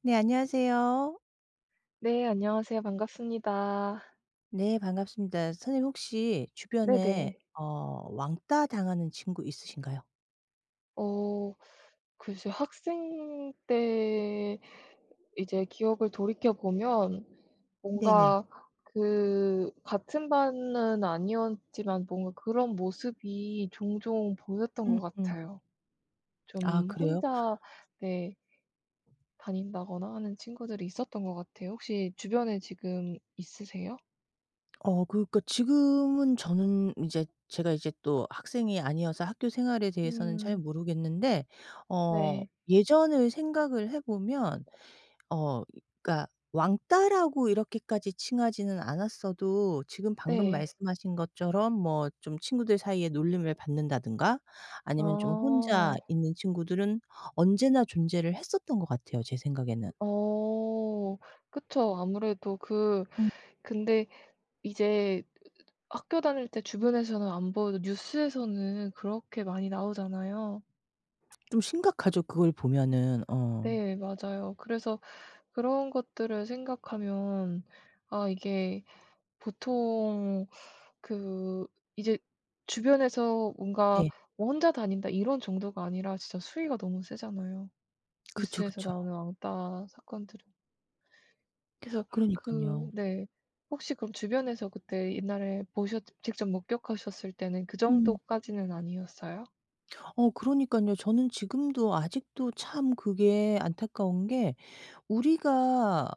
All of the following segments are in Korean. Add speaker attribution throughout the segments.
Speaker 1: 네, 안녕하세요.
Speaker 2: 네, 안녕하세요. 반갑습니다.
Speaker 1: 네, 반갑습니다. 선생님, 혹시 주변에
Speaker 2: 네네.
Speaker 1: 왕따 당하는 친구 있으신가요?
Speaker 2: 어 글쎄요. 학생 때 이제 기억을 돌이켜 보면
Speaker 1: 네네.
Speaker 2: 뭔가 그 같은 반은 아니었지만 뭔가 그런 모습이 종종 보였던 것
Speaker 1: 음음.
Speaker 2: 같아요.
Speaker 1: 아,
Speaker 2: 좀
Speaker 1: 그래요?
Speaker 2: 혼자, 네, 다닌다거나 하는 친구들이 있었던 것 같아요. 혹시 주변에 지금 있으세요?
Speaker 1: 그러니까 지금은 저는 이제 제가 이제 또 학생이 아니어서 학교 생활에 대해서는 잘
Speaker 2: 음.
Speaker 1: 모르겠는데 어
Speaker 2: 네.
Speaker 1: 예전을 생각을 해 보면 어 그러니까 왕따라고 이렇게까지 칭하지는 않았어도 지금 방금
Speaker 2: 네.
Speaker 1: 말씀하신 것처럼 뭐 좀 친구들 사이에 놀림을 받는다든가 아니면 좀 혼자
Speaker 2: 아.
Speaker 1: 있는 친구들은 언제나 존재를 했었던 것 같아요, 제 생각에는.
Speaker 2: 어. 그쵸. 아무래도 그
Speaker 1: 음
Speaker 2: 근데 이제 학교 다닐 때 주변에서는 안 보여도 뉴스에서는 그렇게 많이 나오잖아요.
Speaker 1: 좀 심각하죠, 그걸 보면은. 어.
Speaker 2: 네, 맞아요. 그래서 그런 것들을 생각하면 아 이게 보통 그 이제 주변에서 뭔가
Speaker 1: 네.
Speaker 2: 뭐 '혼자 다닌다.' 이런 정도가 아니라 진짜 수위가 너무 세잖아요,
Speaker 1: 그쵸,
Speaker 2: 뉴스에서
Speaker 1: 그쵸.
Speaker 2: 나오는 왕따 사건들은. 그래서 그
Speaker 1: 그러니깐요.
Speaker 2: 네. 혹시 그럼 주변에서 그때 옛날에 보셨 직접 목격하셨을 때는 그
Speaker 1: 음.
Speaker 2: 정도까지는 아니었어요?
Speaker 1: 그러니깐요. 저는 지금도 아직도 참 그게 안타까운 게 우리가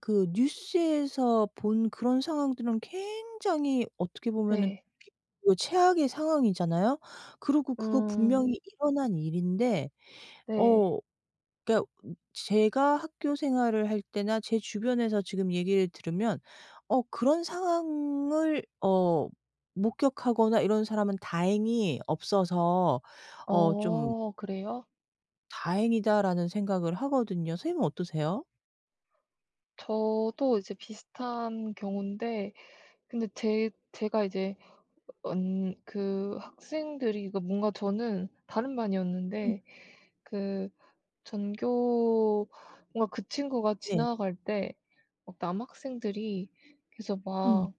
Speaker 1: 그 뉴스에서 본 그런 상황들은 굉장히 어떻게 보면은
Speaker 2: 네.
Speaker 1: 비교적 최악의 상황이잖아요. 그리고 그거
Speaker 2: 음.
Speaker 1: 분명히 일어난 일인데
Speaker 2: 네.
Speaker 1: 어 그러니까 제가 학교 생활을 할 때나 제 주변에서 지금 얘기를 들으면 그런 상황을 목격하거나 이런 사람은 다행히 없어서 좀
Speaker 2: 어 그래요?
Speaker 1: '다행이다.'라는 생각을 하거든요. 선생님은 어떠세요?
Speaker 2: 저도 이제 비슷한 경우인데 근데 제 제가 이제 언 그 학생들이 이거 뭔가 저는 다른
Speaker 1: 음.
Speaker 2: 반이었는데 그 전교 뭔가 그 친구가
Speaker 1: 네.
Speaker 2: 지나갈 때 막 남학생들이 그래서
Speaker 1: 음.
Speaker 2: 막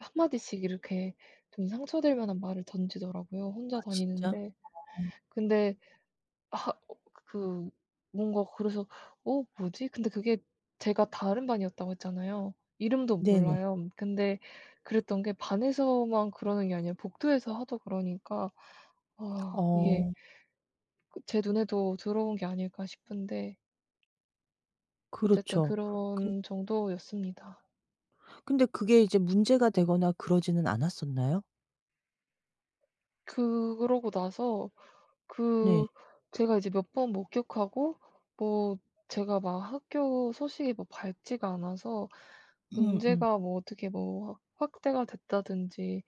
Speaker 2: 한마디씩 이렇게 좀 상처될 만한 말을 던지더라고요, 혼자
Speaker 1: 진짜?
Speaker 2: 다니는데. 근데 아 어 그 뭔가 그래서 '어 뭐지?' 근데 그게 제가 다른 반이었다고 했잖아요. 이름도
Speaker 1: 네네.
Speaker 2: 몰라요. 근데 그랬던 게 반에서만 그러는 게 아니라 복도에서 하도 그러니까 아 이게
Speaker 1: 어,
Speaker 2: 그 제 눈에도 들어온 게 아닐까 싶은데 어쨌든
Speaker 1: 그렇죠. 근
Speaker 2: 그런 정도였습니다.
Speaker 1: 근데 그게 이제 문제가 되거나 그러지는 않았었나요?
Speaker 2: 그러고 나서
Speaker 1: 네.
Speaker 2: 그 제가 이제 몇 번 목격하고 뭐 제가 막 학교 소식이 뭐 밝지가 않아서
Speaker 1: 음음.
Speaker 2: 문제가 뭐 어떻게 뭐 확대가 됐다든지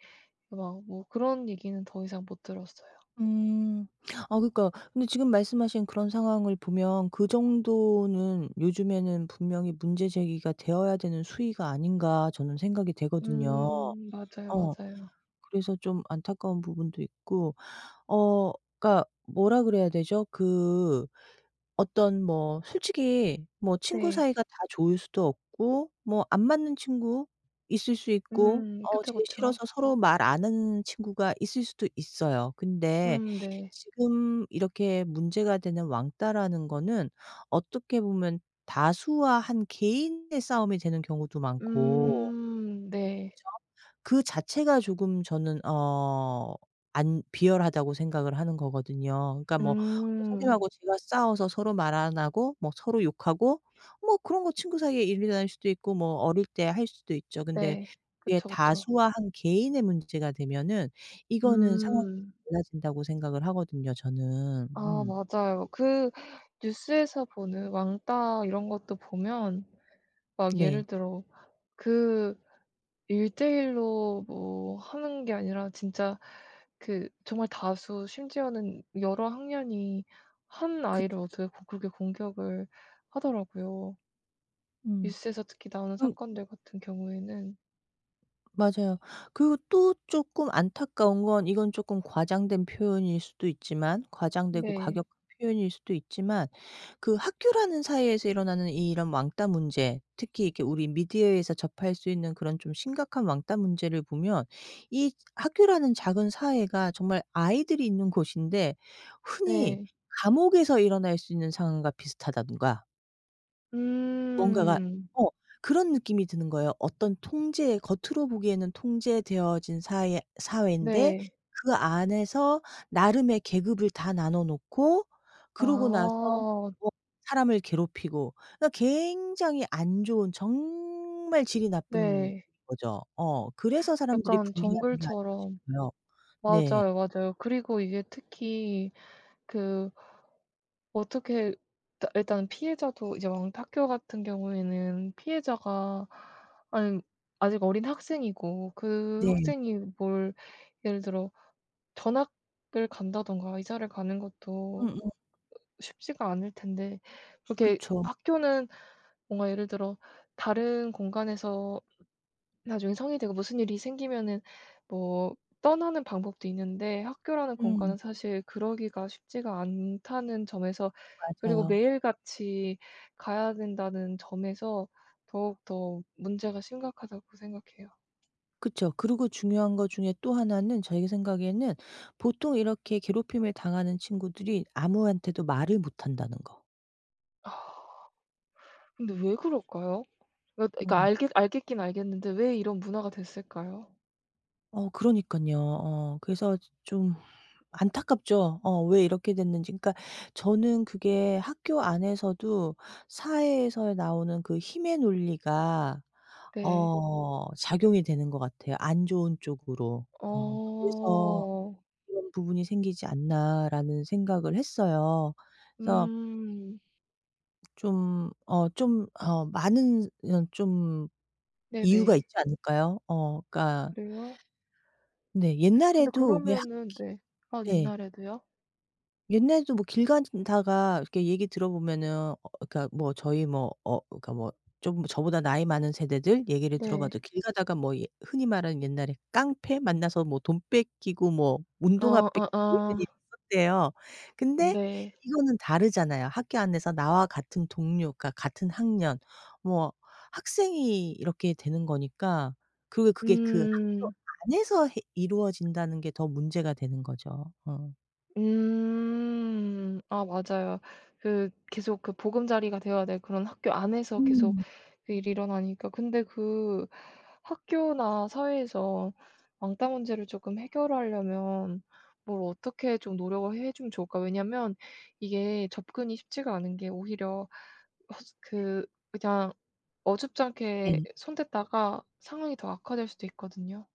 Speaker 2: 막 뭐 그런 얘기는 더 이상 못 들었어요.
Speaker 1: 음. 아, 그러니까 근데 지금 말씀하신 그런 상황을 보면 그 정도는 요즘에는 분명히 문제 제기가 되어야 되는 수위가 아닌가 저는 생각이 되거든요.
Speaker 2: 맞아요,
Speaker 1: 어
Speaker 2: 맞아요.
Speaker 1: 그래서 좀 안타까운 부분도 있고 어 그러니까 뭐라 그래야 되죠? 그 어떤 뭐 솔직히 뭐 친구
Speaker 2: 네.
Speaker 1: 사이가 다 좋을 수도 없고 뭐 안 맞는 친구 있을 수 있고
Speaker 2: 그쵸,
Speaker 1: 제일
Speaker 2: 그쵸.
Speaker 1: 싫어서 서로 말 안 하는 친구가 있을 수도 있어요. 근데
Speaker 2: 네.
Speaker 1: 지금 이렇게 문제가 되는 왕따라는 거는 어떻게 보면 다수와 한 개인의 싸움이 되는 경우도 많고
Speaker 2: 네.
Speaker 1: 그 자체가 조금 저는 안 비열하다고 생각을 하는 거거든요. 그러니까 뭐
Speaker 2: 음,
Speaker 1: 선생님하고 제가 싸워서 서로 말 안 하고 뭐 서로 욕하고 뭐 그런 거 친구 사이에 일어날 수도 있고 뭐 어릴 때 할 수도 있죠. 근데
Speaker 2: 네.
Speaker 1: 그게
Speaker 2: 그쵸, 그쵸.
Speaker 1: 다수와 한 개인의 문제가 되면은 이거는 상황이
Speaker 2: 음,
Speaker 1: 좀 달라진다고 생각을 하거든요 저는.
Speaker 2: 아,
Speaker 1: 음.
Speaker 2: 맞아요. 그 뉴스에서 보는 왕따 이런 것도 보면 막
Speaker 1: 네.
Speaker 2: 예를 들어 그대일로 뭐 하는 게 아니라 진짜 그 정말 다수 심지어는 여러 학년이 한
Speaker 1: 그쵸.
Speaker 2: 아이를 어떻게 고 그렇게 공격을 하더라고요.
Speaker 1: 음.
Speaker 2: 뉴스에서 특히 나오는
Speaker 1: 음
Speaker 2: 사건들 같은 경우에는.
Speaker 1: 맞아요. 그리고 또 조금 안타까운 건 이건 조금 과장된 표현일 수도 있지만 과장되고
Speaker 2: 네.
Speaker 1: 과격한 표현일 수도 있지만 그 학교라는 사이에서 일어나는 이 이런 왕따 문제, 특히 이렇게 우리 미디어에서 접할 수 있는 그런 좀 심각한 왕따 문제를 보면 이 학교라는 작은 사회가 정말 아이들이 있는 곳인데 흔히
Speaker 2: 네.
Speaker 1: 감옥에서 일어날 수 있는 상황과 비슷하다든가 뭔가가
Speaker 2: 음.
Speaker 1: 어 그런 느낌이 드는 거예요. 어떤 통제 겉으로 보기에는 통제되어진 사회인데
Speaker 2: 네.
Speaker 1: 그 안에서 나름의 계급을 다 나눠 놓고 그러고 나서
Speaker 2: 아
Speaker 1: 뭐 사람을 괴롭히고 그러니까 굉장히 안 좋은 정말 질이 나쁜
Speaker 2: 네.
Speaker 1: 거죠. 그래서 사람들이
Speaker 2: 약간
Speaker 1: 분개하는 게 아닌가
Speaker 2: 정글처럼.
Speaker 1: 싶어요. 네.
Speaker 2: 맞아요, 맞아요. 그리고 이게 특히 그 어떻게 다 일단 피해자도 이제 왕 학교 같은 경우에는 피해자가 아니 아직 어린 학생이고 그
Speaker 1: 네.
Speaker 2: 학생이 뭘 예를 들어 전학을 간다든가 이사를 가는 것도
Speaker 1: 음음.
Speaker 2: 쉽지가 않을 텐데 그렇게
Speaker 1: 그쵸.
Speaker 2: 학교는 뭔가 예를 들어 다른 공간에서 나중에 성인이 되고 무슨 일이 생기면은 뭐 떠나는 방법도 있는데 학교라는
Speaker 1: 음.
Speaker 2: 공간은 사실 그러기가 쉽지가 않다는 점에서 그리고
Speaker 1: 맞아요.
Speaker 2: 매일같이 가야 된다는 점에서 더욱더 문제가 심각하다고 생각해요.
Speaker 1: 그쵸. 그리고 중요한 것 중에 또 하나는 저희 생각에는 보통 이렇게 괴롭힘을 당하는 친구들이 아무한테도 말을 못 한다는 거.
Speaker 2: 아 근데 왜 그럴까요? 그러니까 그러니까
Speaker 1: 어.
Speaker 2: 알겠는데 왜 이런 문화가 됐을까요?
Speaker 1: 그러니깐요. 그래서 좀 안타깝죠. 왜 이렇게 됐는지. 그러니까 저는 그게 학교 안에서도 사회에서 나오는 그 힘의 논리가
Speaker 2: 네.
Speaker 1: 작용이 되는 것 같아요, 안 좋은 쪽으로. 그래서
Speaker 2: 어.
Speaker 1: '이런 부분이 생기지 않나.'라는 생각을 했어요. 그래서
Speaker 2: 음.
Speaker 1: 좀 좀 많은 이좀 이유가
Speaker 2: 네네.
Speaker 1: 있지 않을까요? 그러니까
Speaker 2: 그래요?
Speaker 1: 네
Speaker 2: 근데
Speaker 1: 옛날에도 왜
Speaker 2: 그러면은
Speaker 1: 학기.
Speaker 2: 네. 아
Speaker 1: 네.
Speaker 2: 옛날에도요?
Speaker 1: 옛날에도 뭐 길 가다가 이렇게 얘기 들어보면은 그러니까 뭐 저희 뭐 그러니까 뭐 좀 저보다 나이 많은 세대들 얘기를
Speaker 2: 네.
Speaker 1: 들어봐도 길 가다가 뭐 예 흔히 말하는 옛날에 깡패 만나서 뭐 돈 뺏기고 뭐
Speaker 2: 어.
Speaker 1: 운동화 뺏기고 이런
Speaker 2: 어어.
Speaker 1: 일이 있었대요. 근데
Speaker 2: 네.
Speaker 1: 이거는 다르잖아요. 학교 안에서 나와 같은 동료 그러니까 같은 학년 뭐 학생이 이렇게 되는 거니까 그리고 그게 그 학교
Speaker 2: 음.
Speaker 1: 안에서 해 이루어진다는 게 더 문제가 되는 거죠. 어.
Speaker 2: 음. 아, 맞아요. 그 계속 그 보금자리가 되어야 될 그런 학교 안에서 계속
Speaker 1: 음.
Speaker 2: 그 일이 일어나니까. 근데 그 학교나 사회에서 왕따 문제를 조금 해결하려면 뭘 어떻게 좀 노력을 해 주면 좋을까? 왜냐면 이게 접근이 쉽지가 않은 게 오히려 허스 그 그냥 어줍잖게
Speaker 1: 네.
Speaker 2: 손 댔다가 상황이 더 악화될 수도 있거든요.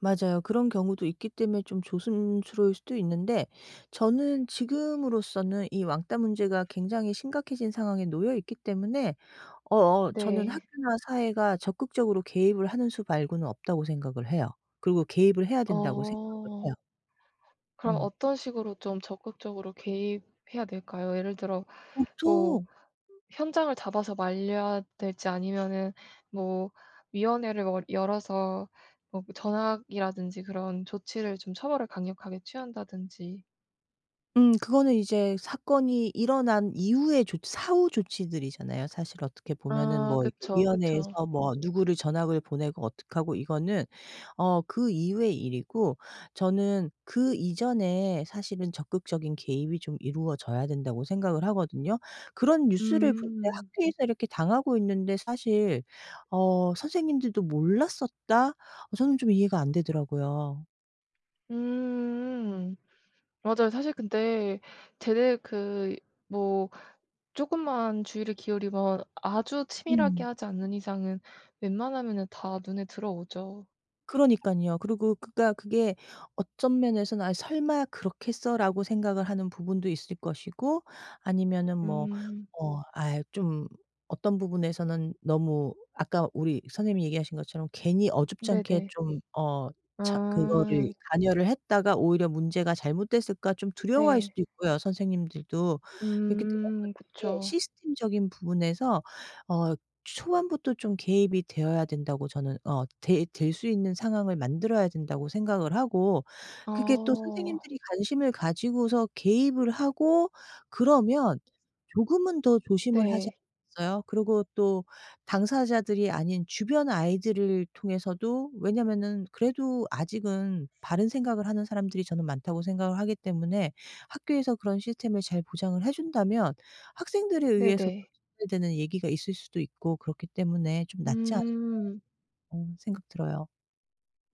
Speaker 1: 맞아요. 그런 경우도 있기 때문에 좀 조심스러울 수도 있는데 저는 지금으로서는 이 왕따 문제가 굉장히 심각해진 상황에 놓여 있기 때문에 저는
Speaker 2: 네.
Speaker 1: 학교나 사회가 적극적으로 개입을 하는 수 말고는 없다고 생각을 해요. 그리고 개입을 해야 된다고 생각을
Speaker 2: 어.
Speaker 1: 해요.
Speaker 2: 그럼
Speaker 1: 어.
Speaker 2: 어떤 식으로 좀 적극적으로 개입해야 될까요? 예를 들어 뭐
Speaker 1: 보통
Speaker 2: 현장을 잡아서 말려야 될지 아니면은 뭐 위원회를 월 열어서 뭐 그 전학이라든지 그런 조치를 좀 처벌을 강력하게 취한다든지.
Speaker 1: 그거는 이제 사건이 일어난 이후의 조 사후 조치들이잖아요. 사실 어떻게 보면은
Speaker 2: 아
Speaker 1: 뭐 이렇게
Speaker 2: 그쵸, 그쵸.
Speaker 1: 위원회에서 뭐 누구를 전학을 보내고 어떡하고 이거는 그 이후의 일이고 저는 그 이전에 사실은 적극적인 개입이 좀 이루어져야 된다고 생각을 하거든요. 그런 뉴스를 볼 때
Speaker 2: 음.
Speaker 1: 학교에서 이렇게 당하고 있는데 사실 '선생님들도 몰랐었다.' 저는 좀 이해가 안 되더라고요.
Speaker 2: 음. 맞아요. 사실 근데 제대 그뭐 조금만 주의를 기울이면 아주 치밀하게
Speaker 1: 음.
Speaker 2: 하지 않는 이상은 웬만하면은 다 눈에 들어오죠.
Speaker 1: 그러니깐요. 그리고 그가 그게 어떤 면에서는 '아 설마 그렇겠어?'라고 생각을 하는 부분도 있을 것이고 아니면은 뭐
Speaker 2: 음.
Speaker 1: 아이 좀 어떤 부분에서는 너무 아까 우리 선생님이 얘기하신 것처럼 괜히 어줍잖게
Speaker 2: 네네.
Speaker 1: 좀 차 그거를
Speaker 2: 아.
Speaker 1: 관여를 했다가 오히려 문제가 잘못됐을까 좀 두려워할
Speaker 2: 네.
Speaker 1: 수도 있고요, 선생님들도. 그렇기 때문에 어떤
Speaker 2: 음.
Speaker 1: 이게
Speaker 2: 그쵸.
Speaker 1: 시스템적인 부분에서 어 초반부터 좀 개입이 되어야 된다고 저는 되 될 수 있는 상황을 만들어야 된다고 생각을 하고 그게 또
Speaker 2: 어.
Speaker 1: 선생님들이 관심을 가지고서 개입을 하고 그러면 조금은 더 조심을 하지
Speaker 2: 네.
Speaker 1: 않겠어요? 그리고 또 당사자들이 아닌 주변 아이들을 통해서도 왜냐면은 그래도 아직은 바른 생각을 하는 사람들이 저는 많다고 생각을 하기 때문에 학교에서 그런 시스템을 잘 보장을 해 준다면 학생들에 의해서
Speaker 2: 네네.
Speaker 1: 해야 되는 얘기가 있을 수도 있고 그렇기 때문에 좀 낫지 않을까
Speaker 2: 음.
Speaker 1: 생각 들어요.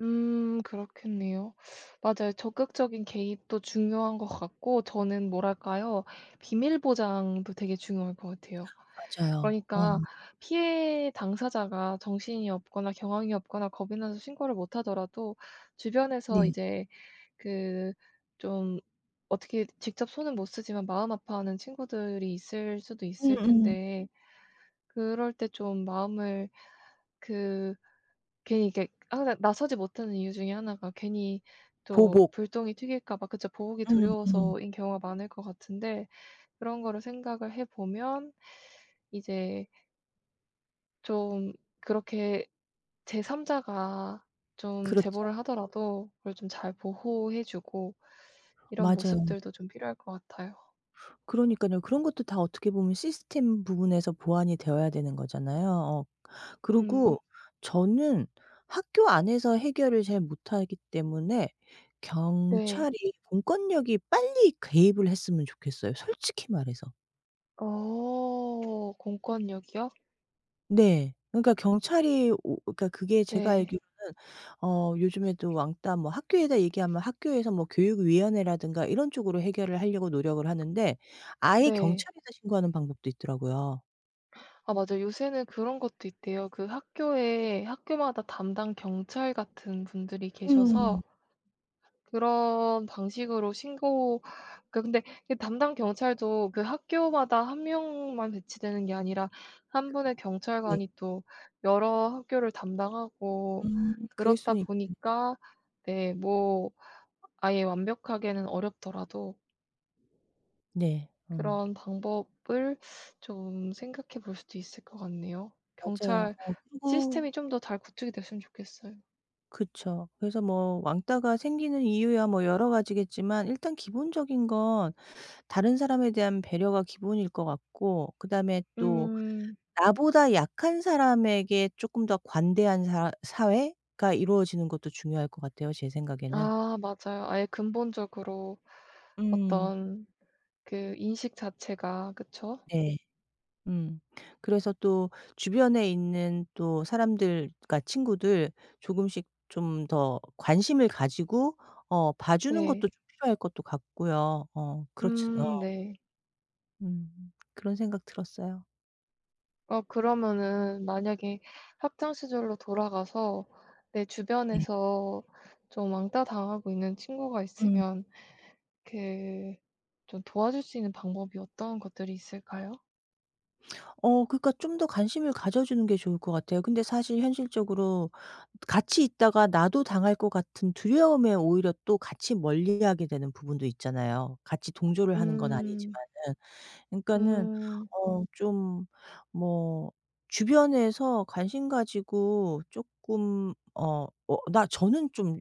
Speaker 2: 음. 그렇겠네요. 맞아요. 적극적인 개입도 중요한 것 같고 저는 뭐랄까요? 비밀 보장도 되게 중요할 것 같아요.
Speaker 1: 맞아요.
Speaker 2: 그러니까
Speaker 1: 음.
Speaker 2: 피해 당사자가 정신이 없거나 경황이 없거나 겁이 나서 신고를 못 하더라도 주변에서
Speaker 1: 네.
Speaker 2: 이제 그 좀 어떻게 직접 손은 못 쓰지만 마음 아파하는 친구들이 있을 수도 있을
Speaker 1: 음음.
Speaker 2: 텐데 그럴 때 좀 마음을 그 괜히 이게 항상 나서지 못하는 이유 중에 하나가 괜히 또
Speaker 1: 보복.
Speaker 2: 불똥이 튀길까 봐 그쵸. 보복이
Speaker 1: 음음.
Speaker 2: 두려워서인 경우가 많을 것 같은데 그런 거를 생각을 해 보면 이제 좀 그렇게 제3 자가 좀
Speaker 1: 그렇죠.
Speaker 2: 제보를 하더라도 그걸 좀 잘 보호해 주고 이런
Speaker 1: 맞아요.
Speaker 2: 모습들도 좀 필요할 것 같아요.
Speaker 1: 그러니깐요. 그런 것도 다 어떻게 보면 시스템 부분에서 보완이 되어야 되는 거잖아요. 어.
Speaker 2: 음.
Speaker 1: 그리고 저는 학교 안에서 해결을 잘 못하기 때문에
Speaker 2: 네.
Speaker 1: 경찰이 공권력이 빨리 개입을 했으면 좋겠어요, 솔직히 말해서.
Speaker 2: 어. 공권력이요?
Speaker 1: 네. 그러니까 경찰이 오 그러니까 그게 제가
Speaker 2: 네.
Speaker 1: 알기로는 요즘에도 왕따 뭐 학교에다 얘기하면 학교에서 뭐 교육위원회라든가 이런 쪽으로 해결을 하려고 노력을 하는데 아예
Speaker 2: 네.
Speaker 1: 경찰에다 신고하는 방법도 있더라고요.
Speaker 2: 아, 맞아요. 요새는 그런 것도 있대요. 그 학교에 학교마다 담당 경찰 같은 분들이
Speaker 1: 음.
Speaker 2: 계셔서 그런 방식으로 신고 그 근데 그 담당 경찰도 그 학교마다 한 명만 배치되는 게 아니라 한 분의
Speaker 1: 네.
Speaker 2: 경찰관이 또 여러 학교를 담당하고
Speaker 1: 음. 그럴
Speaker 2: 그렇다
Speaker 1: 수는 있겠.
Speaker 2: 보니까 네 뭐 아예 완벽하게는 어렵더라도
Speaker 1: 네. 어.
Speaker 2: 그런 방법을 좀 생각해 볼 수도 있을 것 같네요.
Speaker 1: 맞아요.
Speaker 2: 경찰
Speaker 1: 그리고
Speaker 2: 시스템이 좀 더 잘 구축이 됐으면 좋겠어요.
Speaker 1: 그쵸. 그래서 뭐 왕따가 생기는 이유야 뭐 여러 가지겠지만 일단 기본적인 건 다른 사람에 대한 배려가 기본일 것 같고 그다음에 또
Speaker 2: 음.
Speaker 1: 나보다 약한 사람에게 조금 더 관대한 사 사회가 이루어지는 것도 중요할 것 같아요, 제 생각에는.
Speaker 2: 아, 맞아요. 아예 근본적으로
Speaker 1: 음.
Speaker 2: 어떤 그 인식 자체가 그쵸?
Speaker 1: 네. 음. 그래서 또 주변에 있는 또 사람들 그러니까 친구들 조금씩 좀 더 관심을 가지고 봐 주는
Speaker 2: 네.
Speaker 1: 것도 좀 필요할 것도 같고요. 그렇지.
Speaker 2: 네.
Speaker 1: 그런 생각 들었어요.
Speaker 2: 어 그러면은 만약에 학창 시절로 돌아가서 내
Speaker 1: 네.
Speaker 2: 주변에서 좀 왕따 당하고 있는 친구가
Speaker 1: 음.
Speaker 2: 있으면 그 좀 도와줄 수 있는 방법이 어떤 것들이 있을까요?
Speaker 1: 그러니까 좀 더 관심을 가져 주는 게 좋을 것 같아요. 근데 사실 현실적으로 같이 있다가 나도 당할 것 같은 두려움에 오히려 또 같이 멀리하게 되는 부분도 있잖아요. 같이 동조를 하는 건
Speaker 2: 음.
Speaker 1: 아니지만은. 그러니까는
Speaker 2: 음.
Speaker 1: 좀 뭐 주변에서 관심 가지고 쪼끔 어 어 나 저는 좀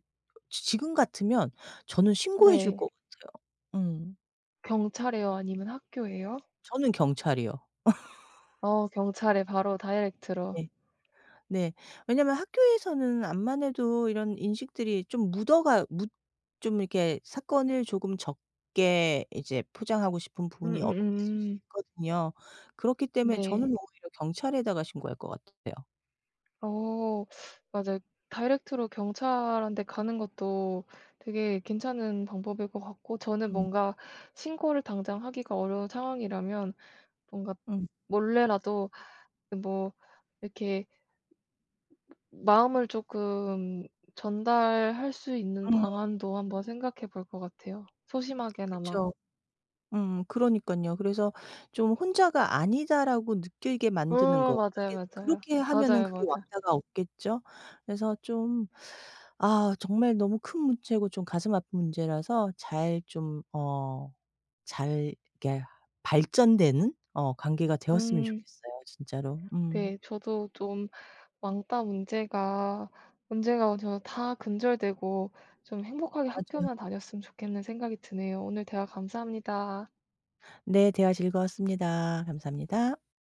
Speaker 1: 지 지금 같으면 저는 신고해 줄
Speaker 2: 네.
Speaker 1: 것 같아요. 음.
Speaker 2: 경찰이요? 아니면 학교예요?
Speaker 1: 저는 경찰이요.
Speaker 2: 어 경찰에 바로 다이렉트로.
Speaker 1: 예. 네. 왜냐면 학교에서는 암만 해도 이런 인식들이 좀 묻어가 묻 좀 이렇게 사건을 조금 적게 이제 포장하고 싶은 부분이 있을 수
Speaker 2: 음음음.
Speaker 1: 있거든요. 그렇기 때문에 저는
Speaker 2: 네.
Speaker 1: 오히려 경찰에다가 신고할 것 같아요.
Speaker 2: 어, 맞아요. 다이렉트로 경찰한테 가는 것도 되게 괜찮은 방법일 것 같고 저는
Speaker 1: 음.
Speaker 2: 뭔가 신고를 당장 하기가 어려운 상황이라면 뭔가
Speaker 1: 음.
Speaker 2: 몰래라도 그 뭐 이렇게 마음을 조금 전달할 수 있는
Speaker 1: 음.
Speaker 2: 방안도 한번 생각해 볼 것 같아요, 소심하게나마.
Speaker 1: 그쵸. 그러니깐요. 그래서 좀 '혼자가 아니다.'라고 느끼게
Speaker 2: 어
Speaker 1: 만드는 거.
Speaker 2: 맞아요,
Speaker 1: 하긴
Speaker 2: 맞아요.
Speaker 1: 그렇게 하면은
Speaker 2: 맞아요,
Speaker 1: 그게
Speaker 2: 맞아요.
Speaker 1: 왕따가 없겠죠? 그래서 좀 아 정말 너무 큰 문제고 좀 가슴 아픈 문제라서 잘 좀 잘 이렇게 발전되는 관계가 되었으면
Speaker 2: 음
Speaker 1: 좋겠어요 진짜로. 음.
Speaker 2: 네. 저도 좀 왕따 문제가 저 다 근절되고 좀 행복하게
Speaker 1: 맞아요.
Speaker 2: 학교만 다녔으면 좋겠는 생각이 드네요. 오늘 대화 감사합니다.
Speaker 1: 네. 대화 즐거웠습니다. 감사합니다.